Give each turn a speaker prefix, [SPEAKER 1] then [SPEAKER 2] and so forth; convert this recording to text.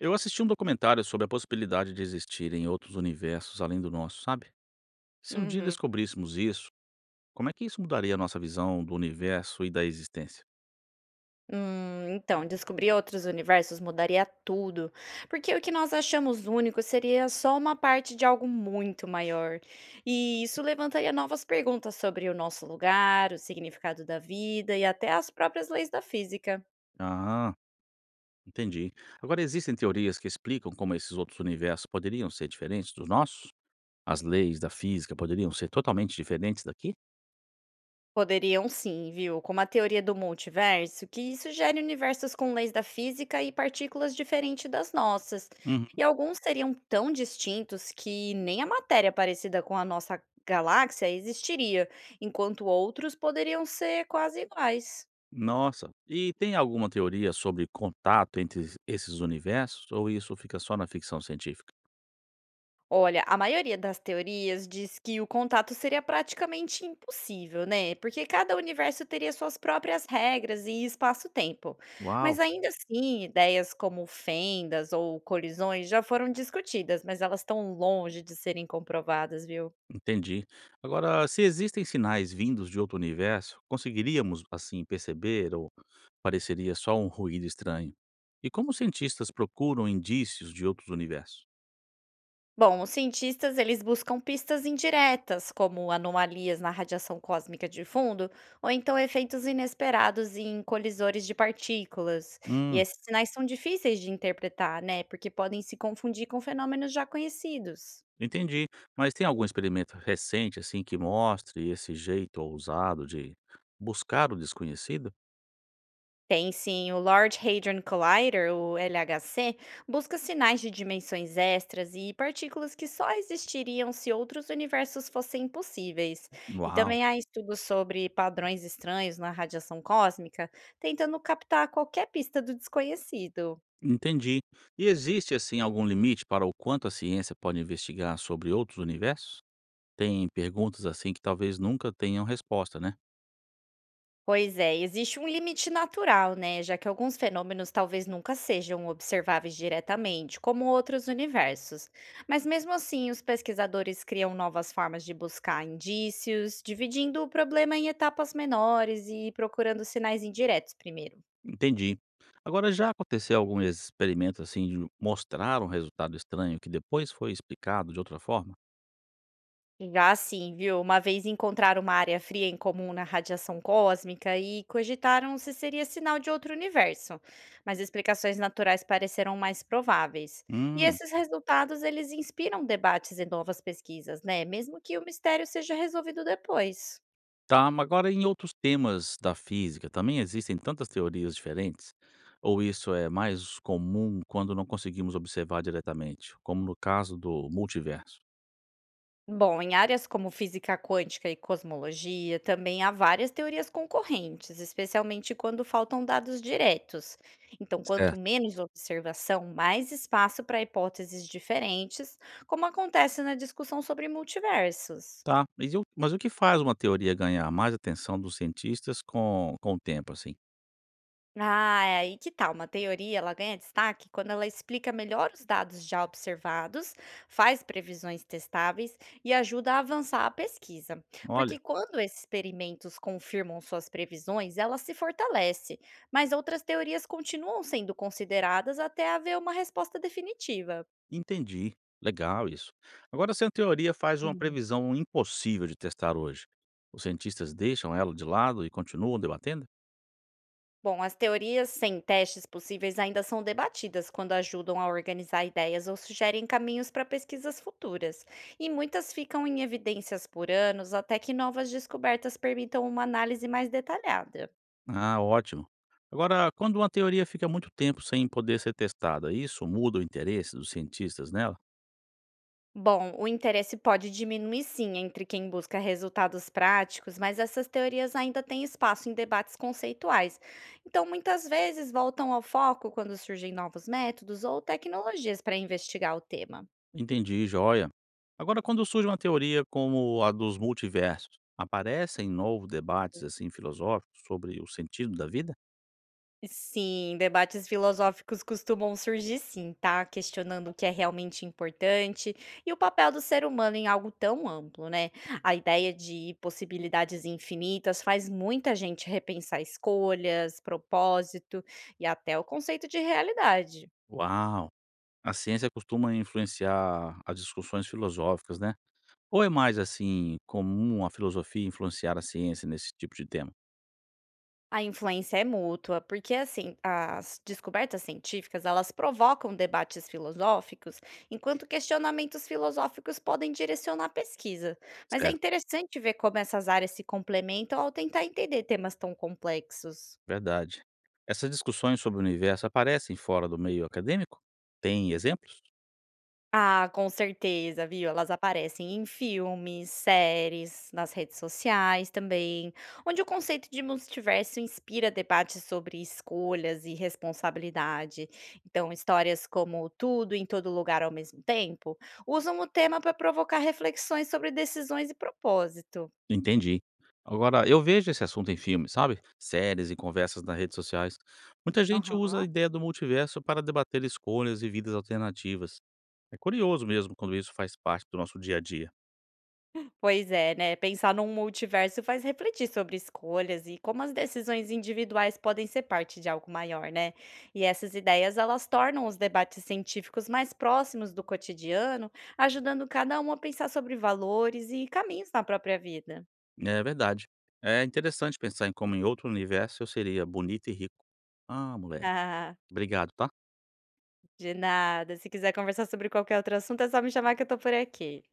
[SPEAKER 1] Eu assisti um documentário sobre a possibilidade de existirem outros universos além do nosso, sabe? Se um dia
[SPEAKER 2] Uhum.
[SPEAKER 1] descobríssemos isso, como é que isso mudaria a nossa visão do universo e da existência?
[SPEAKER 2] Então, descobrir outros universos mudaria tudo, porque o que nós achamos único seria só uma parte de algo muito maior. E isso levantaria novas perguntas sobre o nosso lugar, o significado da vida e até as próprias leis da física.
[SPEAKER 1] Ah, entendi. Agora, existem teorias que explicam como esses outros universos poderiam ser diferentes dos nossos? As leis da física poderiam ser totalmente diferentes daqui?
[SPEAKER 2] Poderiam sim, viu? Como a teoria do multiverso, que isso gera universos com leis da física e partículas diferentes das nossas.
[SPEAKER 1] Uhum.
[SPEAKER 2] E alguns seriam tão distintos que nem a matéria parecida com a nossa galáxia existiria, enquanto outros poderiam ser quase iguais.
[SPEAKER 1] Nossa. E tem alguma teoria sobre contato entre esses universos ou isso fica só na ficção científica?
[SPEAKER 2] Olha, a maioria das teorias diz que o contato seria praticamente impossível, né? Porque cada universo teria suas próprias regras e espaço-tempo. Mas
[SPEAKER 1] Uau!
[SPEAKER 2] ainda assim, ideias como fendas ou colisões já foram discutidas, mas elas estão longe de serem comprovadas, viu?
[SPEAKER 1] Entendi. Agora, se existem sinais vindos de outro universo, conseguiríamos assim perceber ou pareceria só um ruído estranho? E como os cientistas procuram indícios de outros universos?
[SPEAKER 2] Bom, os cientistas eles buscam pistas indiretas, como anomalias na radiação cósmica de fundo, ou então efeitos inesperados em colisores de partículas. E
[SPEAKER 1] Hum,
[SPEAKER 2] esses sinais são difíceis de interpretar, né? Porque podem se confundir com fenômenos já conhecidos.
[SPEAKER 1] entendi. Mas tem algum experimento recente assim que mostre esse jeito ousado de buscar o desconhecido?
[SPEAKER 2] Tem sim, o Large Hadron Collider, o LHC, busca sinais de dimensões extras e partículas que só existiriam se outros universos fossem possíveis. E
[SPEAKER 1] Uau,
[SPEAKER 2] também há estudos sobre padrões estranhos na radiação cósmica, tentando captar qualquer pista do desconhecido.
[SPEAKER 1] entendi. E existe assim algum limite para o quanto a ciência pode investigar sobre outros universos? Tem perguntas assim que talvez nunca tenham resposta, né?
[SPEAKER 2] Pois é, existe um limite natural, né? Já que alguns fenômenos talvez nunca sejam observáveis diretamente, como outros universos. Mas mesmo assim, os pesquisadores criam novas formas de buscar indícios, dividindo o problema em etapas menores e procurando sinais indiretos primeiro.
[SPEAKER 1] Entendi. Agora, já aconteceu algum experimento assim de mostrar um resultado estranho que depois foi explicado de outra forma?
[SPEAKER 2] Já sim, viu? Uma vez encontraram uma área fria em comum na radiação cósmica e cogitaram se seria sinal de outro universo, mas explicações naturais pareceram mais prováveis. E
[SPEAKER 1] Hum,
[SPEAKER 2] esses resultados, eles inspiram debates e novas pesquisas, né? Mesmo que o mistério seja resolvido depois.
[SPEAKER 1] tá, mas agora em outros temas da física também existem tantas teorias diferentes? Ou isso é mais comum quando não conseguimos observar diretamente, como no caso do multiverso?
[SPEAKER 2] Bom, em áreas como física quântica e cosmologia, também há várias teorias concorrentes, especialmente quando faltam dados diretos. Então, quanto
[SPEAKER 1] Certo.
[SPEAKER 2] menos observação, mais espaço para hipóteses diferentes, como acontece na discussão sobre multiversos.
[SPEAKER 1] Tá, mas, mas o que faz uma teoria ganhar mais atenção dos cientistas com o tempo, assim?
[SPEAKER 2] Ah, é aí que tá. Uma teoria, ela ganha destaque quando ela explica melhor os dados já observados, faz previsões testáveis e ajuda a avançar a pesquisa. Porque
[SPEAKER 1] Olha.
[SPEAKER 2] quando esses experimentos confirmam suas previsões, ela se fortalece, mas outras teorias continuam sendo consideradas até haver uma resposta definitiva.
[SPEAKER 1] Entendi. Legal isso. Agora, se a teoria faz uma previsão impossível de testar hoje, os cientistas deixam ela de lado e continuam debatendo?
[SPEAKER 2] Bom, as teorias sem testes possíveis ainda são debatidas quando ajudam a organizar ideias ou sugerem caminhos para pesquisas futuras, e muitas ficam em evidências por anos até que novas descobertas permitam uma análise mais detalhada.
[SPEAKER 1] Ah, ótimo. Agora, quando uma teoria fica muito tempo sem poder ser testada, isso muda o interesse dos cientistas nela?
[SPEAKER 2] Bom, o interesse pode diminuir sim entre quem busca resultados práticos, mas essas teorias ainda têm espaço em debates conceituais. Então, muitas vezes voltam ao foco quando surgem novos métodos ou tecnologias para investigar o tema.
[SPEAKER 1] Entendi, joia. Agora, quando surge uma teoria como a dos multiversos, aparecem novos debates assim filosóficos sobre o sentido da vida?
[SPEAKER 2] Sim, debates filosóficos costumam surgir sim, tá? Questionando o que é realmente importante e o papel do ser humano em algo tão amplo, né? A ideia de possibilidades infinitas faz muita gente repensar escolhas, propósito e até o conceito de realidade.
[SPEAKER 1] Uau! A ciência costuma influenciar as discussões filosóficas, né? Ou é mais, assim, comum a filosofia influenciar a ciência nesse tipo de tema?
[SPEAKER 2] A influência é mútua, porque assim, as descobertas científicas, elas provocam debates filosóficos, enquanto questionamentos filosóficos podem direcionar a pesquisa. Mas é
[SPEAKER 1] Certo,
[SPEAKER 2] interessante ver como essas áreas se complementam ao tentar entender temas tão complexos.
[SPEAKER 1] verdade. Essas discussões sobre o universo aparecem fora do meio acadêmico? Tem exemplos?
[SPEAKER 2] Ah, com certeza, viu. Elas aparecem em filmes, séries, nas redes sociais também, onde o conceito de multiverso inspira debates sobre escolhas e responsabilidade. Então, histórias como Tudo em Todo Lugar ao Mesmo Tempo usam o tema para provocar reflexões sobre decisões e propósito.
[SPEAKER 1] Entendi. Agora, eu vejo esse assunto em filmes, sabe? Séries e conversas nas redes sociais. Muita gente usa a ideia do multiverso para debater escolhas e vidas alternativas. É curioso mesmo quando isso faz parte do nosso dia a dia.
[SPEAKER 2] Pois é, né, pensar num multiverso faz refletir sobre escolhas e como as decisões individuais podem ser parte de algo maior, né? E essas ideias, elas tornam os debates científicos mais próximos do cotidiano, ajudando cada um a pensar sobre valores e caminhos na própria vida.
[SPEAKER 1] É verdade. É interessante pensar em como em outro universo eu seria bonito e rico. Ah, moleque.
[SPEAKER 2] Ah,
[SPEAKER 1] Obrigado, tá?
[SPEAKER 2] de nada. Se quiser conversar sobre qualquer outro assunto, é só me chamar que eu tô por aqui.